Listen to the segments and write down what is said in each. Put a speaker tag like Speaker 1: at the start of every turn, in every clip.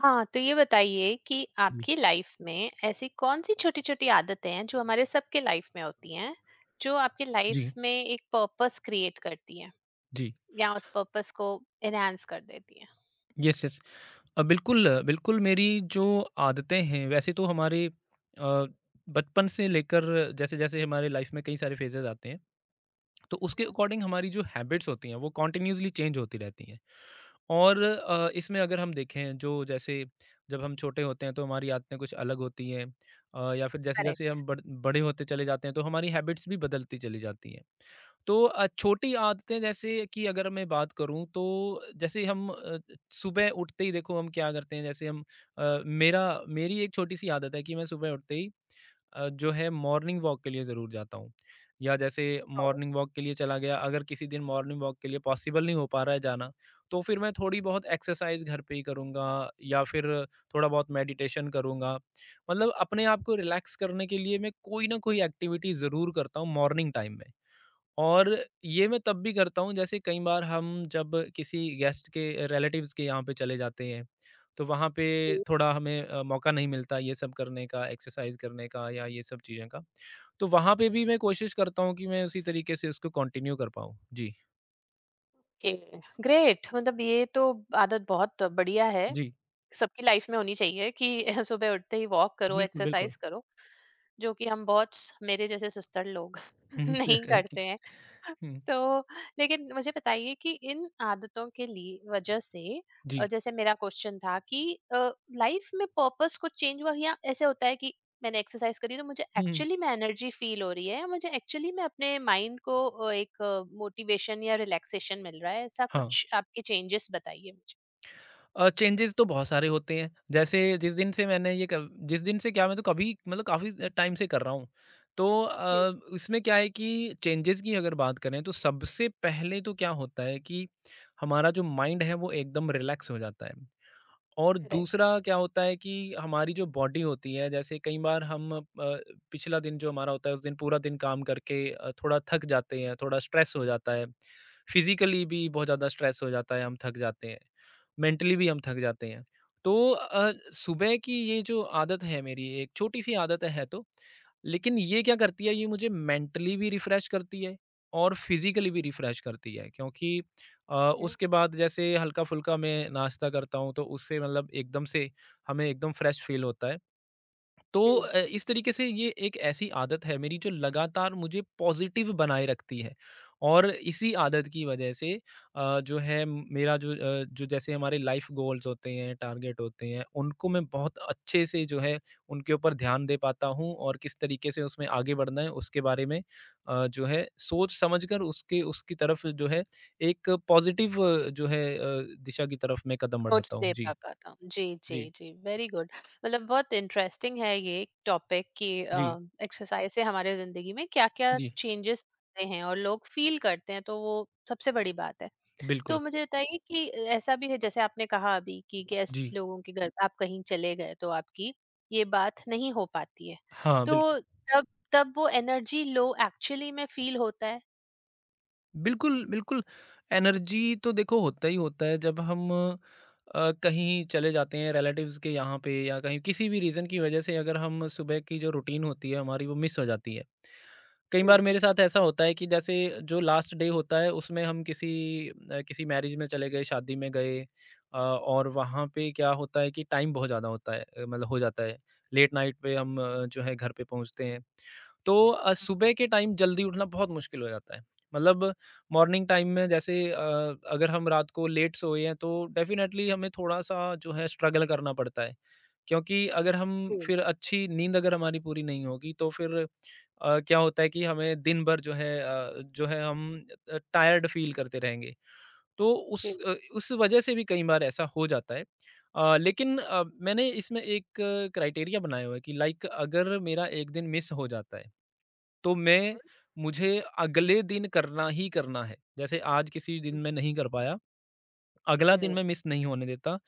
Speaker 1: हाँ, तो ये बताइए कि
Speaker 2: जी,
Speaker 1: आपकी लाइफ में ऐसी कौन-सी छोटी-छोटी आदतें हैं जो हमारे सबके लाइफ में होती हैं, जो आपकी
Speaker 2: जी,
Speaker 1: लाइफ में एक पर्पस क्रिएट करती हैं
Speaker 2: जी।
Speaker 1: या उस पर्पस को एनहांस कर देती हैं?
Speaker 2: Yes, yes. बिल्कुल, बिल्कुल मेरी जो आदतें हैं वैसे तो हमारे अ, बचपन से लेकर जैसे-जैसे हमारे लाइफ में कई सारे फेजेज़ आते हैं, तो उसके
Speaker 1: हुँ।
Speaker 2: अकॉर्डिंग हमारी जो हैबिट्स होती हैं वो कंटीन्यूअसली चेंज होती रहती हैं। और इसमें अगर हम देखें जो जैसे जब हम छोटे होते हैं तो हमारी आदतें कुछ अलग होती हैं, या फिर जैसे-जैसे
Speaker 1: करेक्ट।
Speaker 2: हम बड़े होते चले जाते हैं तो हमारी हैबिट्स भी बदलती चली जाती हैं। तो छोटी आदतें जैसे कि अगर मैं बात करूँ तो जैसे हम सुबह उठते ही देखो हम क्या करते हैं, जैसे हम मेरा मेरी एक छोटी सी आदत है कि मैं सुबह उठते ही जो है मॉर्निंग वॉक के लिए ज़रूर जाता हूँ, या जैसे मॉर्निंग वॉक के लिए चला गया, अगर किसी दिन मॉर्निंग वॉक के लिए पॉसिबल नहीं हो पा रहा है जाना तो फिर मैं थोड़ी बहुत एक्सरसाइज घर पे ही करूँगा या फिर थोड़ा बहुत मेडिटेशन करूँगा, मतलब अपने आप को रिलैक्स करने के लिए मैं कोई ना कोई एक्टिविटी ज़रूर करता हूँ मॉर्निंग टाइम में। और ये मैं तब भी करता हूँ, जैसे कई बार हम जब किसी गेस्ट के रिलेटिव्स के यहाँ पे चले जाते हैं तो वहाँ पे
Speaker 1: ओके,
Speaker 2: थोड़ा हमें मौका नहीं मिलता ये सब करने का, एक्सरसाइज करने का या ये सब चीज़ें का, तो वहाँ पे भी मैं कोशिश करता हूँ कि मैं उसी तरीके से उसको कंटिन्यू कर पाऊँ। जी।
Speaker 1: ग्रेट। मतलब ये तो आदत बहुत बढ़िया है,
Speaker 2: जी।
Speaker 1: सबकी लाइफ में होनी चाहिए कि सुबह उठते ही वॉक करो,
Speaker 2: बिल्कुल, बिल्कुल।
Speaker 1: एक्सरसाइज़ करो, जो कि हम, बहुत मेरे जैसे सुस्तर लोग, नहीं
Speaker 2: जी।
Speaker 1: करते हैं।
Speaker 2: हम्म।
Speaker 1: तो लेकिन मुझे बताइए कि इन आदतों के लिए, वजह से,
Speaker 2: जी।
Speaker 1: जैसे मेरा क्वेश्चन था कि लाइफ में पर्पस कुछ चेंज हुआ, या ऐसे होता है कि मैंने एक्सरसाइज करी तो मुझे
Speaker 2: हम्म।
Speaker 1: एक्चुअली में एनर्जी फील हो रही है, या मुझे एक्चुअली में अपने माइंड को एक मोटिवेशन या रिलैक्सेशन मिल रहा है, ऐसा
Speaker 2: हाँ।
Speaker 1: कुछ आपके चेंजेस बताइए मुझे।
Speaker 2: चेंजेस तो बहुत सारे होते हैं। जैसे जिस दिन से मैंने ये कब जिस दिन से क्या, मैं तो कभी मतलब काफ़ी टाइम से कर रहा हूँ। तो
Speaker 1: जी।
Speaker 2: इसमें क्या है कि चेंजेस की अगर बात करें तो सबसे पहले तो क्या होता है कि हमारा जो माइंड है वो एकदम रिलैक्स हो जाता है। और
Speaker 1: करेक्ट।
Speaker 2: दूसरा क्या होता है कि हमारी जो बॉडी होती है, जैसे कई बार हम पिछला दिन जो हमारा होता है उस दिन पूरा दिन काम करके थोड़ा थक जाते हैं, थोड़ा स्ट्रेस हो जाता है, फिजिकली भी बहुत ज़्यादा स्ट्रेस हो जाता है, हम थक जाते हैं, मेंटली भी हम थक जाते हैं। तो सुबह की ये जो आदत है, मेरी एक छोटी सी आदत है, तो लेकिन ये क्या करती है, ये मुझे मेंटली भी रिफ्रेश करती है और फिजिकली भी रिफ्रेश करती है, क्योंकि अ, उसके बाद जैसे हल्का-फुल्का मैं नाश्ता करता हूँ, तो उससे मतलब एकदम से हमें एकदम फ्रेश फ़ील होता है। तो
Speaker 1: Okay.
Speaker 2: इस तरीके से ये एक ऐसी आदत है मेरी जो लगातार मुझे पॉजिटिव बनाए रखती है, और इसी आदत की वजह से जो है मेरा जो जो जैसे हमारे लाइफ गोल्स होते हैं, टारगेट होते हैं, उनको मैं बहुत अच्छे से जो है उनके ऊपर ध्यान दे पाता हूँ, और किस तरीके से उसमें आगे बढ़ना है उसके बारे में जो है सोच समझकर उसके उसकी तरफ जो है एक पॉजिटिव जो है दिशा की तरफ मैं कदम
Speaker 1: अप्रोच
Speaker 2: बढ़ाता हूँ।
Speaker 1: दे
Speaker 2: जी।
Speaker 1: पा पाता हूँ। जी,
Speaker 2: जी।
Speaker 1: जी, जी, वेरी गुड। मतलब बहुत इंटरेस्टिंग है ये टॉपिक कि
Speaker 2: जी।
Speaker 1: एक्सरसाइज से हमारे ज़िंदगी में क्या-क्या
Speaker 2: जी।
Speaker 1: चेंजेस आते हैं और लोग फील करते हैं, तो वो सबसे बड़ी बात है। तो
Speaker 2: बिल्कुल।
Speaker 1: मुझे बताइए कि ऐसा भी है जैसे आपने कहा अभी कि गेस्ट
Speaker 2: जी।
Speaker 1: लोगों के घर आप कहीं चले गए तो आपकी ये बात नहीं हो पाती है।
Speaker 2: हाँ, बिल्कुल।
Speaker 1: तो तब तब वो एनर्जी लो एक्चुअली में फील होता है?
Speaker 2: बिल्कुल, बिल्कुल। एनर्जी तो देखो होता ही होता है, जब हम कहीं चले जाते हैं रिलेटिव्स के यहाँ पे, या कहीं किसी भी रीज़न की वज़ह से अगर हम सुबह की जो रूटीन होती है हमारी वो मिस हो जाती है। कई बार
Speaker 1: हुँ,
Speaker 2: मेरे साथ ऐसा होता है कि जैसे जो लास्ट डे होता है उसमें हम किसी किसी मैरिज में चले गए, शादी में गए, और वहाँ पे क्या होता है कि टाइम बहुत ज़्यादा होता है, मतलब हो जाता है। लेट नाइट पे हम जो है घर पे पहुँचते हैं। तो सुबह के टाइम जल्दी उठना बहुत मुश्किल हो जाता है। मतलब मॉर्निंग टाइम में जैसे अगर हम रात को लेट सोए हैं तो डेफ़िनेटली हमें थोड़ा-सा जो है स्ट्रगल करना पड़ता है। क्योंकि अगर हम
Speaker 1: हुँ,
Speaker 2: फिर अच्छी नींद अगर हमारी पूरी नहीं होगी तो फिर क्या होता है कि हमें दिन भर जो है जो है हम टायर्ड फ़ील करते रहेंगे। तो
Speaker 1: हुँ,
Speaker 2: उस उस वजह से भी कई बार ऐसा हो जाता है। लेकिन मैंने इसमें एक क्राइटेरिया बनाया हुआ है कि लाइक अगर मेरा एक दिन मिस हो जाता है, तो मैं
Speaker 1: हुँ,
Speaker 2: मुझे अगले दिन करना ही करना है। जैसे आज किसी दिन
Speaker 1: हुँ,
Speaker 2: मैं नहीं कर पाया, अगला दिन
Speaker 1: हुँ।
Speaker 2: मैं मिस नहीं होने देता।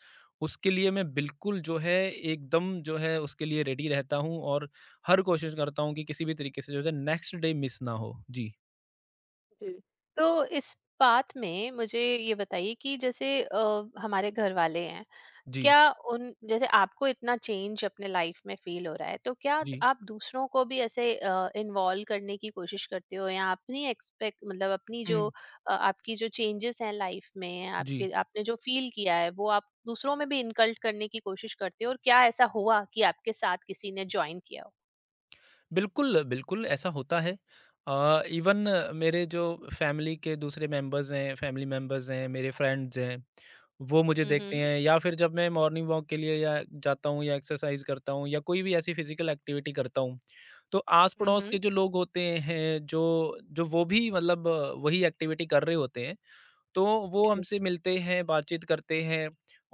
Speaker 2: उसके लिए मैं बिल्कुल जो है एकदम जो है उसके लिए रेडी रहता हूँ, और हर कोशिश करता हूँ कि किसी भी तरीके से जो है नेक्स्ट डे मिस ना हो। जी,
Speaker 1: जी। तो इस बात में मुझे ये बताइए कि जैसे हमारे घर वाले हैं,
Speaker 2: जी,
Speaker 1: क्या उन, जैसे आपको इतना चेंज अपने लाइफ में फील हो रहा है, तो क्या
Speaker 2: जी।
Speaker 1: आप दूसरों को भी ऐसे इन्वॉल्व करने की कोशिश करते हो, या अपनी एक्सपेक्ट, मतलब अपनी जो
Speaker 2: हुँ,
Speaker 1: आपकी जो चेंजेस हैं लाइफ में
Speaker 2: जी।
Speaker 1: आपके, आपने जो फील किया है, वो आप दूसरों में भी इनकल्ट करने की कोशिश करते हो, और क्या ऐसा हुआ कि आपके साथ किसी ने ज्वाइन किया हो?
Speaker 2: बिल्कुल, बिल्कुल ऐसा होता है। इवन मेरे जो फैमिली के दूसरे मेंबर्स हैं, फैमिली मेंबर्स हैं, मेरे फ्रेंड्स हैं, वो मुझे देखते
Speaker 1: हम्म,
Speaker 2: हैं, या फिर जब मैं मॉर्निंग वॉक के लिए या जाता हूँ या एक्सरसाइज करता हूँ या कोई भी ऐसी फिज़िकल एक्टिविटी करता हूँ, तो आस-पड़ोस
Speaker 1: हम्म,
Speaker 2: के जो लोग होते हैं, जो जो वो भी मतलब वही एक्टिविटी कर रहे होते हैं, तो वो
Speaker 1: हम्म।
Speaker 2: हमसे मिलते हैं, बातचीत करते हैं,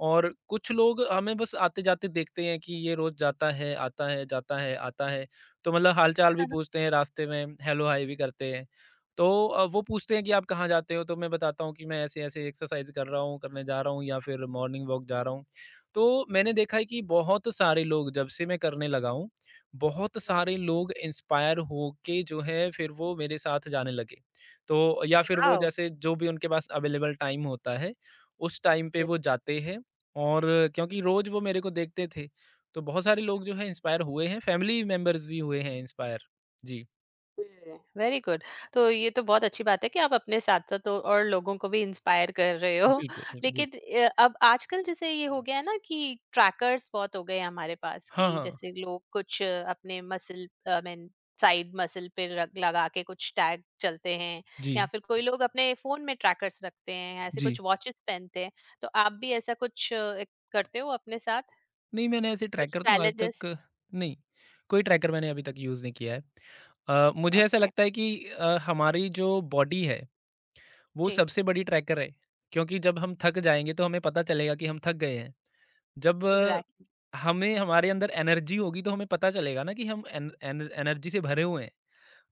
Speaker 2: और कुछ लोग हमें बस आते-जाते देखते हैं कि ये रोज़ जाता है, आता है, जाता है, आता है। तो मतलब हाल-चाल भी पूछते हैं रास्ते में, हेलो, हाय भी करते हैं। तो वो पूछते हैं कि आप कहाँ जाते हो? तो मैं बताता हूँ कि मैं ऐसे-ऐसे एक्सरसाइज़ कर रहा हूँ, करने जा रहा हूँ, या फिर मॉर्निंग वॉक जा रहा हूँ। तो मैंने देखा है कि बहुत सारे लोग, जब से मैं करने लगा हूँ, बहुत सारे लोग इंस्पायर होके जो है फिर वो मेरे साथ जाने लगे। तो या फिर वो
Speaker 1: वाओ,
Speaker 2: जैसे जो भी उनके पास अवेलेबल टाइम होता है, उस टाइम पे वो जाते हैं, और क्योंकि रोज़ वो मेरे को देखते थे, तो बहुत सारे लोग जो हैं इंस्पायर हुए हैं, फैमिली मेंबर्स भी हुए हैं इंस्पायर। जी।
Speaker 1: Very good. तो ये तो बहुत अच्छी बात है कि आप अपने साथ साथ और लोगों को भी इंस्पायर कर रहे हो।
Speaker 2: बिल्कुल, बिल्कुल, जी।
Speaker 1: लेकिन अब आजकल जैसे ये हो गया है ना कि ट्रैकर्स बहुत हो गए हैं हमारे पास,
Speaker 2: हाँ,
Speaker 1: कि
Speaker 2: हाँ।
Speaker 1: जैसे लोग कुछ अपने muscle, I mean side muscle पे रख लगा के कुछ टैग चलते हैं, या
Speaker 2: जी,
Speaker 1: फिर कोई लोग अपने फोन में ट्रैकर्स रखते हैं, ऐसे
Speaker 2: जी।
Speaker 1: कुछ वॉचेस पहनते हैं। तो आप भी ऐसा कुछ एक करते हो अपने साथ,
Speaker 2: नहीं, मैंने ऐसे
Speaker 1: कुछ
Speaker 2: ट्रैकर तो आज
Speaker 1: चैलेंजेस?
Speaker 2: तक नहीं, कोई ट्रैकर मैंने अभी तक यूज़ नहीं किया है। मुझे ऐसा
Speaker 1: ओके।
Speaker 2: लगता है कि हमारी जो बॉडी है, वो
Speaker 1: जी।
Speaker 2: सबसे बड़ी ट्रैकर है, क्योंकि जब हम थक जाएँगे तो हमें पता चलेगा कि हम थक गए हैं। जब
Speaker 1: एग्जैक्टली।
Speaker 2: हमें हमारे अंदर एनर्जी होगी तो हमें पता चलेगा ना कि हम एन, एन, एनर्जी से भरे हुए हैं।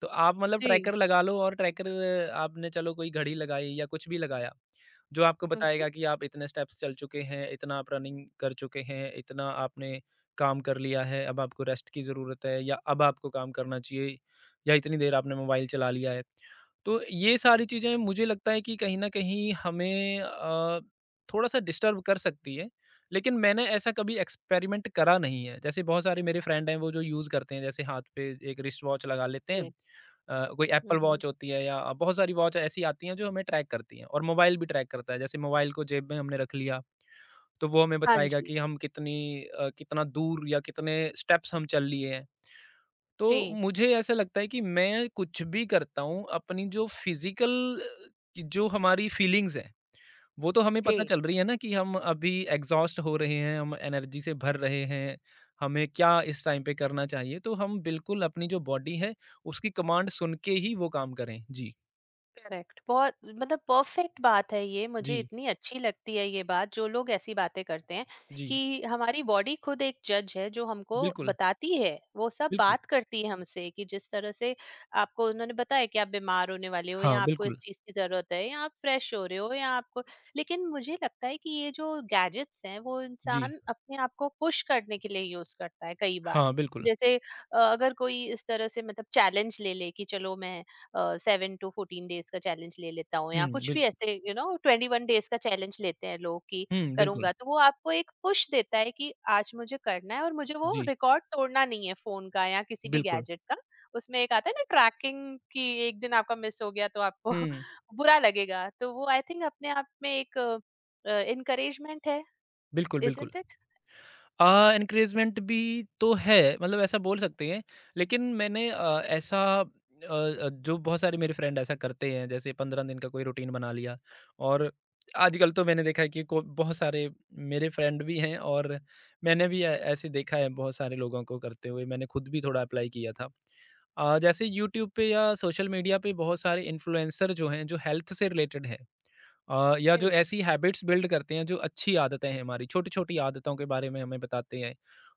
Speaker 2: तो आप मतलब
Speaker 1: जी।
Speaker 2: ट्रैकर लगा लो, और ट्रैकर आपने चलो कोई घड़ी लगाई या कुछ भी लगाया, जो आपको
Speaker 1: हम्म।
Speaker 2: बताएगा कि आप इतने स्टेप्स चल चुके हैं, इतना आप रनिंग कर चुके हैं, इतना आपने काम कर लिया है, अब आपको रेस्ट की ज़रूरत है या अब आपको काम करना चाहिए, या इतनी देर आपने मोबाइल चला लिया है। तो ये सारी चीज़ें मुझे लगता है कि कहीं न कहीं हमें थोड़ा-सा डिस्टर्ब कर सकती है, लेकिन मैंने ऐसा कभी एक्सपेरिमेंट करा नहीं है। जैसे बहुत सारे मेरे फ्रेंड हैं वो जो यूज़ करते हैं, जैसे हाथ पे एक रिस्ट वॉच लगा लेते हैं,
Speaker 1: जी।
Speaker 2: कोई एप्पल
Speaker 1: हम्म।
Speaker 2: वॉच होती है या बहुत सारी वॉच ऐसी आती हैं जो हमें ट्रैक करती हैं, और मोबाइल भी ट्रैक करता है, जैसे मोबाइल को जेब में हमने रख लिया तो वो हमें
Speaker 1: हाँ
Speaker 2: बताएगा
Speaker 1: जी।
Speaker 2: कि हम कितनी कितना दूर या कितने स्टेप्स हम चल लिए हैं। तो
Speaker 1: जी,
Speaker 2: मुझे ऐसा लगता है कि मैं कुछ भी करता हूँ अपनी जो फिजिकल जो हमारी फीलिंग्स है वो तो हमें पता
Speaker 1: जी।
Speaker 2: चल रही है ना, कि हम अभी एग्जॉस्ट हो रहे हैं, हम एनर्जी से भर रहे हैं, हमें क्या इस टाइम पे करना चाहिए, तो हम बिल्कुल अपनी जो बॉडी है, उसकी कमांड सुन के ही वो काम करें। जी,
Speaker 1: करेक्ट, बहुत मतलब परफेक्ट बात है। ये मुझे
Speaker 2: जी,
Speaker 1: इतनी अच्छी लगती है ये बात, जो लोग ऐसी बातें करते हैं
Speaker 2: जी।
Speaker 1: कि हमारी बॉडी खुद एक जज है, जो हमको
Speaker 2: बिल्कुल,
Speaker 1: बताती है, वो सब
Speaker 2: बिल्कुल।
Speaker 1: बात करती है हमसे, कि जिस तरह से आपको उन्होंने बताया कि आप बीमार होने वाले हो,
Speaker 2: हाँ,
Speaker 1: या आपको इस
Speaker 2: बिल्कुल।
Speaker 1: चीज की जरूरत है, या आप फ्रेश हो रहे हो, या आपको, लेकिन मुझे लगता है कि ये जो गैजेट्स हैं, वो
Speaker 2: जी।
Speaker 1: इंसान अपने आप को पुश करने के लिए यूज करता है कई बार,
Speaker 2: हाँ, बिल्कुल।
Speaker 1: जैसे अगर कोई इस तरह से मतलब चैलेंज ले ले कि चलो मैं 7 टू 14 डेज का चैलेंज ले लेता हूँ, या
Speaker 2: हुँ,
Speaker 1: कुछ भी,
Speaker 2: बिल्कुल।
Speaker 1: ऐसे यू नो 21 डेज का चैलेंज लेते हैं लोग, कि
Speaker 2: हुँ, बिल्कुल।
Speaker 1: करूंगा, तो वो आपको एक पुश देता है कि आज मुझे करना है, और मुझे वो
Speaker 2: जी,
Speaker 1: रिकॉर्ड तोड़ना नहीं है फोन का या किसी भी
Speaker 2: बिल्कुल।
Speaker 1: गैजेट का। उसमें एक आता है ना ट्रैकिंग की, एक दिन आपका मिस हो गया तो आपको
Speaker 2: हुँ,
Speaker 1: बुरा लगेगा, तो वो आई थिंक अपने आप में एक इनकरेजमेंट है,
Speaker 2: बिल्कुल, बिल्कुल।
Speaker 1: Isn't it?
Speaker 2: अ, एनकरेजमेंट भी तो है, मतलब ऐसा बोल सकते हैं। लेकिन मैंने ऐसा जो बहुत सारे मेरे फ्रेंड ऐसा करते हैं, जैसे 15 दिन का कोई रूटीन बना लिया, और आजकल तो मैंने देखा है कि को बहुत सारे मेरे फ्रेंड भी हैं, और मैंने भी ऐ ऐसे देखा है बहुत सारे लोगों को करते हुए, मैंने खुद भी थोड़ा अप्लाई किया था। जैसे यूट्यूब पे या सोशल मीडिया पे बहुत सारे इन्फ्लुएंसर जो हैं, जो हेल्थ से रिलेटेड हैं, या जो
Speaker 1: जी,
Speaker 2: ऐसी हैबिट्स बिल्ड करते हैं जो अच्छी आदतें हैं हमारी, छोटी-छोटी आदतों के बारे में हमें बताते हैं,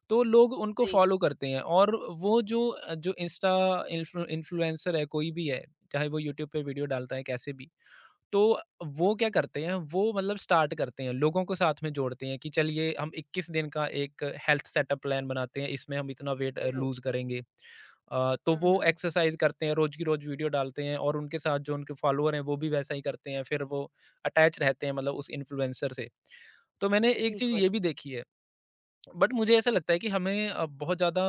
Speaker 2: तो लोग उनको
Speaker 1: जी,
Speaker 2: फ़ॉलो करते हैं, और वो जो जो इंस्टा इन्फ्लुएंसर है कोई भी है, चाहे वो यूट्यूब पे वीडियो डालता है कैसे भी, तो वो क्या करते हैं, वो मतलब स्टार्ट करते हैं, लोगों को साथ में जोड़ते हैं कि चलिए हम 21 दिन का एक हेल्थ सेटअप प्लान बनाते हैं, इसमें हम इतना वेट
Speaker 1: जी,
Speaker 2: लूज़ करेंगे। तो वो
Speaker 1: हम्म,
Speaker 2: एक्सरसाइज़ करते हैं, रोज़ की रोज़ वीडियो डालते हैं, और उनके साथ जो उनके फॉलोअर हैं, वो भी वैसा ही करते हैं, फिर वो अटैच रहते हैं मतलब उस इन्फ्लुएंसर से। तो मैंने एक चीज़
Speaker 1: बिल्कुल,
Speaker 2: ये भी देखी है बट मुझे ऐसा लगता है कि हमें बहुत ज़्यादा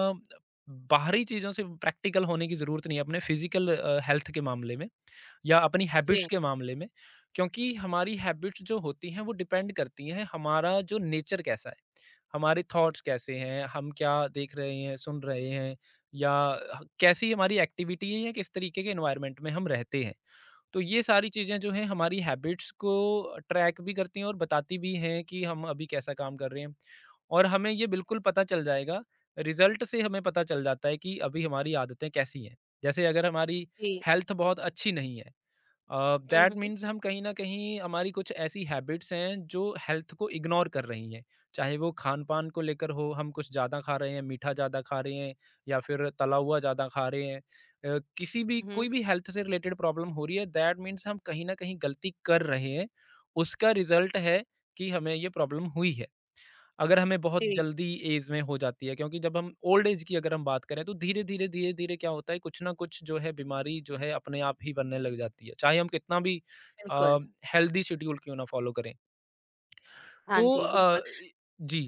Speaker 2: बाहरी चीज़ों से प्रैक्टिकल होने की ज़रूरत नहीं है अपने फिजिकल हेल्थ के मामले में या अपनी हैबिट्स
Speaker 1: जी,
Speaker 2: के मामले में, क्योंकि हमारी हैबिट्स जो होती हैं वो डिपेंड करती हैं हमारा जो नेचर कैसा है, हमारे थॉट्स कैसे हैं, हम क्या देख रहे हैं सुन रहे हैं, या कैसी हमारी एक्टिविटी है या किस तरीके के एनवायरनमेंट में हम रहते हैं। तो ये सारी चीज़ें जो हैं हमारी हैबिट्स को ट्रैक भी करती हैं और बताती भी हैं कि हम अभी कैसा काम कर रहे हैं। और हमें ये बिल्कुल पता चल जाएगा, रिज़ल्ट से हमें पता चल जाता है कि अभी हमारी आदतें कैसी हैं। जैसे अगर हमारी
Speaker 1: जी,
Speaker 2: हेल्थ बहुत अच्छी नहीं है, दैट
Speaker 1: हम्म,
Speaker 2: मीन्स हम कहीं ना कहीं हमारी कुछ ऐसी हैबिट्स हैं जो हेल्थ को इग्नोर कर रही हैं, चाहे वो खान पान को लेकर हो, हम कुछ ज़्यादा खा रहे हैं, मीठा ज़्यादा खा रहे हैं या फिर तला हुआ ज़्यादा खा रहे हैं। किसी भी
Speaker 1: हम्म,
Speaker 2: कोई भी हेल्थ से रिलेटेड प्रॉब्लम हो रही है, दैट मीन्स हम कहीं ना कहीं गलती कर रहे हैं, उसका रिजल्ट है कि हमें ये प्रॉब्लम हुई है। अगर हमें बहुत
Speaker 1: जी,
Speaker 2: जल्दी एज में हो जाती है, क्योंकि जब हम ओल्ड एज की अगर हम बात करें तो धीरे-धीरे, धीरे-धीरे क्या होता है, कुछ ना कुछ जो है बीमारी जो है अपने आप ही बनने लग जाती है। चाहे हम कितना भी अ,
Speaker 1: बिल्कुल,
Speaker 2: हेल्दी शेड्यूल क्यों ना फ़ॉलो करें।
Speaker 1: हाँ
Speaker 2: तो
Speaker 1: जी,
Speaker 2: अ,
Speaker 1: बिल्कुल।
Speaker 2: इ जी।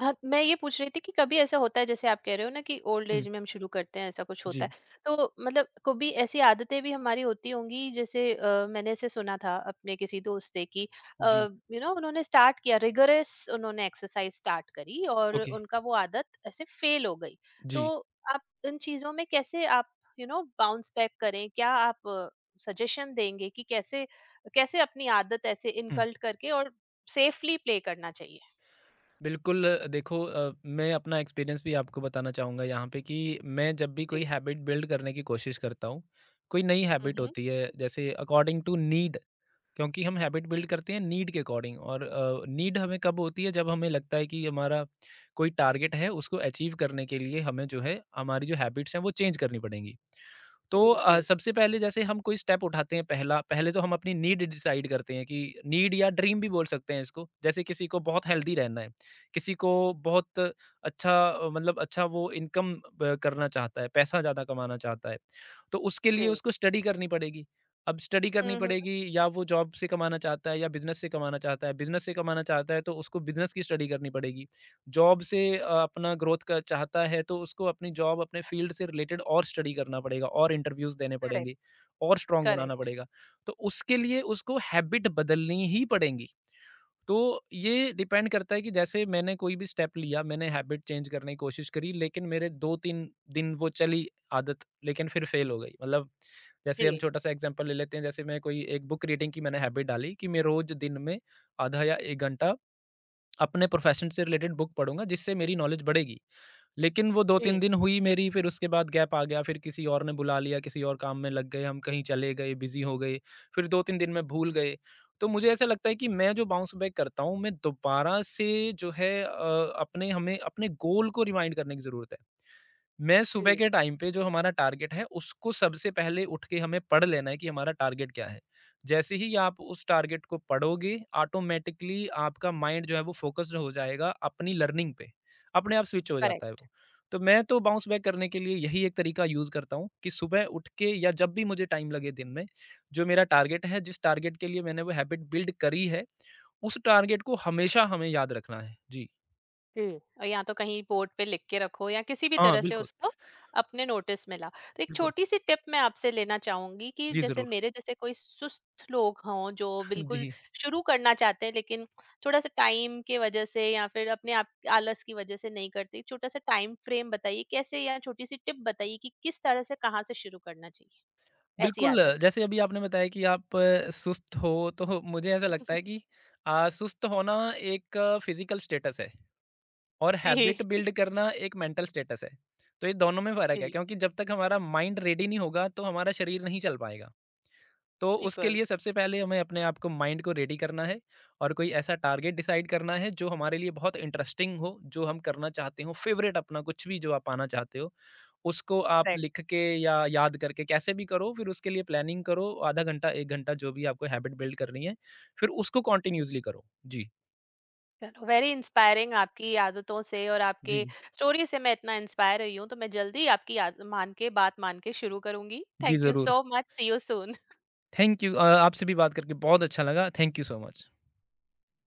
Speaker 1: हाँ, मैं ये पूछ रही थी कि कभी ऐसा होता है जैसे आप कह रहे हो ना कि ओल्ड
Speaker 2: हुँ,
Speaker 1: एज में हम शुरू करते हैं, ऐसा कुछ होता
Speaker 2: जी,
Speaker 1: है, तो मतलब कभी ऐसी आदतें भी हमारी होती होंगी, जैसे मैंने ऐसे सुना था अपने किसी दोस्त से कि
Speaker 2: जी,
Speaker 1: यू नो उन्होंने स्टार्ट किया रिगरस, उन्होंने एक्सरसाइज स्टार्ट करी और
Speaker 2: ओके,
Speaker 1: उनका वो आदत ऐसे फेल हो गई। तो
Speaker 2: जी,
Speaker 1: आप इन चीजों में कैसे आप यू नो बाउंस बैक करें? क्या आप सजेशन देंगे कि कैसे कैसे अपनी आदत ऐसे
Speaker 2: हुँ।
Speaker 1: इनकल्ट करके और सेफली प्ले करना चाहिए?
Speaker 2: बिल्कुल। देखो, मैं अपना एक्सपीरियंस भी आपको बताना चाहूँगा यहाँ पे कि मैं जब भी कोई हैबिट बिल्ड करने की कोशिश करता हूँ, कोई नई हैबिट
Speaker 1: जी।
Speaker 2: होती है जैसे अकॉर्डिंग टू नीड, क्योंकि हम हैबिट बिल्ड करते हैं नीड के अकॉर्डिंग, और नीड हमें कब होती है, जब हमें लगता है कि हमारा कोई टारगेट है, उसको अचीव करने के लिए हमें जो है हमारी जो हैबिट्स हैं वो चेंज करनी पड़ेंगी। तो
Speaker 1: जी, जी,
Speaker 2: सबसे पहले जैसे हम कोई स्टेप उठाते हैं पहला, पहले तो हम अपनी नीड डिसाइड करते हैं कि नीड या ड्रीम भी बोल सकते हैं इसको, जैसे किसी को बहुत हेल्दी रहना है, किसी को बहुत अच्छा मतलब अच्छा वो इनकम करना चाहता है, पैसा ज़्यादा कमाना चाहता है, तो उसके
Speaker 1: जी।
Speaker 2: लिए उसको स्टडी करनी पड़ेगी। अब स्टडी करनी
Speaker 1: हुँ, हुँ।
Speaker 2: पड़ेगी, या वो जॉब से कमाना चाहता है या बिजनेस से कमाना चाहता है, बिजनेस से कमाना चाहता है तो उसको बिजनेस की स्टडी करनी पड़ेगी। जॉब से अपना ग्रोथ का चाहता है तो उसको अपनी जॉब अपने फील्ड से रिलेटेड और स्टडी करना पड़ेगा और इंटरव्यूज़ देने
Speaker 1: करेक्ट,
Speaker 2: पड़ेंगे और स्ट्रॉन्ग बनाना
Speaker 1: करेक्ट।
Speaker 2: पड़ेगा। तो उसके लिए उसको हैबिट बदलनी ही पड़ेंगी। तो ये डिपेंड करता है कि जैसे मैंने कोई भी स्टेप लिया, मैंने हैबिट चेंज करने की कोशिश करी, लेकिन मेरे 2-3 दिन वो चली आदत, लेकिन फिर फेल हो गई। मतलब जैसे हम
Speaker 1: जी,
Speaker 2: छोटा-सा एग्ज़ाम्पल ले लेते हैं, जैसे मैं कोई एक बुक रीडिंग की मैंने हैबिट डाली कि मैं रोज़ दिन में आधा या 1 घंटा अपने प्रोफेशन से रिलेटेड बुक पढ़ूँगा जिससे मेरी नॉलेज बढ़ेगी। लेकिन वो 2-3
Speaker 1: जी,
Speaker 2: दिन हुई मेरी, फिर उसके बाद गैप आ गया, फिर किसी और ने बुला लिया, किसी और काम में लग गए, हम कहीं चले गए, बिज़ी हो गए, फिर 2-3 दिन में भूल गए। तो मुझे ऐसा लगता है कि मैं जो बाउंस बैक करता हूँ, मैं दोबारा से जो है अपने हमें अपने गोल को रिमाइंड करने की ज़रूरत है। मैं सुबह
Speaker 1: जी,
Speaker 2: के टाइम पे जो हमारा टारगेट है उसको सबसे पहले उठ के हमें पढ़ लेना है कि हमारा टारगेट क्या है। जैसे ही आप उस टारगेट को पढ़ोगे, ऑटोमैटिकली आपका माइंड जो है वो फ़ोकस्ड हो जाएगा अपनी लर्निंग पे। अपने आप स्विच हो जाता है
Speaker 1: करेक्ट।
Speaker 2: वो। तो मैं तो बाउंस बैक करने के लिए यही एक तरीका यूज़ करता हूँ कि सुबह उठ के या जब भी मुझे टाइम लगे दिन में, जो मेरा टारगेट है, जिस टारगेट के लिए मैंने वो हैबिट बिल्ड करी है, उस टारगेट को हमेशा हमें याद रखना है। जी।
Speaker 1: जी। और या तो कहीं बोर्ड पे लिख के रखो या किसी भी
Speaker 2: हाँ,
Speaker 1: तरह से
Speaker 2: बिल्कुल,
Speaker 1: उसको अपने नोटिस में लाओ। तो एक
Speaker 2: बिल्कुल।
Speaker 1: छोटी-सी टिप मैं आपसे लेना चाहूँगी कि
Speaker 2: जी,
Speaker 1: जैसे
Speaker 2: ज़रूर।
Speaker 1: मेरे जैसे कोई सुस्त लोग हों, जो बिल्कुल
Speaker 2: जी।
Speaker 1: शुरू करना चाहते हैं लेकिन थोड़ा-सा टाइम की वजह से, या फिर अपने आप आलस की वजह से नहीं करते। छोटा-सा टाइम फ्रेम बताइए कैसे, या छोटी-सी टिप बताइए कि किस तरह से कहाँ से शुरू करना चाहिए ऐसी
Speaker 2: बिल्कुल,
Speaker 1: आदत?
Speaker 2: जैसे अभी आपने बताया कि आप सुस्त हो, तो मुझे ऐसा लगता है कि सुस्त होना एक फ़िज़िकल स्टेटस है और
Speaker 1: जी,
Speaker 2: हैबिट बिल्ड करना एक मेंटल स्टेटस है। तो ये दोनों में फ़र्क है,
Speaker 1: जी,
Speaker 2: क्योंकि जब तक हमारा माइंड रेडी नहीं होगा, तो हमारा शरीर नहीं चल पाएगा। तो उसके
Speaker 1: बिल्कुल।
Speaker 2: लिए सबसे पहले हमें अपने आप को माइंड को रेडी करना है और कोई ऐसा टारगेट डिसाइड करना है, जो हमारे लिए बहुत इंटरेस्टिंग हो, जो हम करना चाहते हों, फ़ेवरेट अपना कुछ भी जो आप पाना चाहते हो। उसको आप
Speaker 1: करेक्ट।
Speaker 2: लिख के या याद करके कैसे भी करो, फिर उसके लिए प्लानिंग करो, आधा घंटा 1 घंटा जो भी आपको हैबिट बिल्ड करनी है, फिर उसको कंटिन्यूअसली करो। जी,
Speaker 1: वेरी इंस्पायरिंग। आपकी आदतों से और आपके
Speaker 2: जी,
Speaker 1: स्टोरी से मैं इतना इंस्पायर हुई हूँ, तो मैं जल्दी आपकी मान के, बात मान के शुरू करूंगी।
Speaker 2: जी
Speaker 1: थैंक यू
Speaker 2: ज़रूर।
Speaker 1: So much. See you soon.
Speaker 2: Thank you. आपसे भी बात करके बहुत अच्छा लगा। Thank you so much.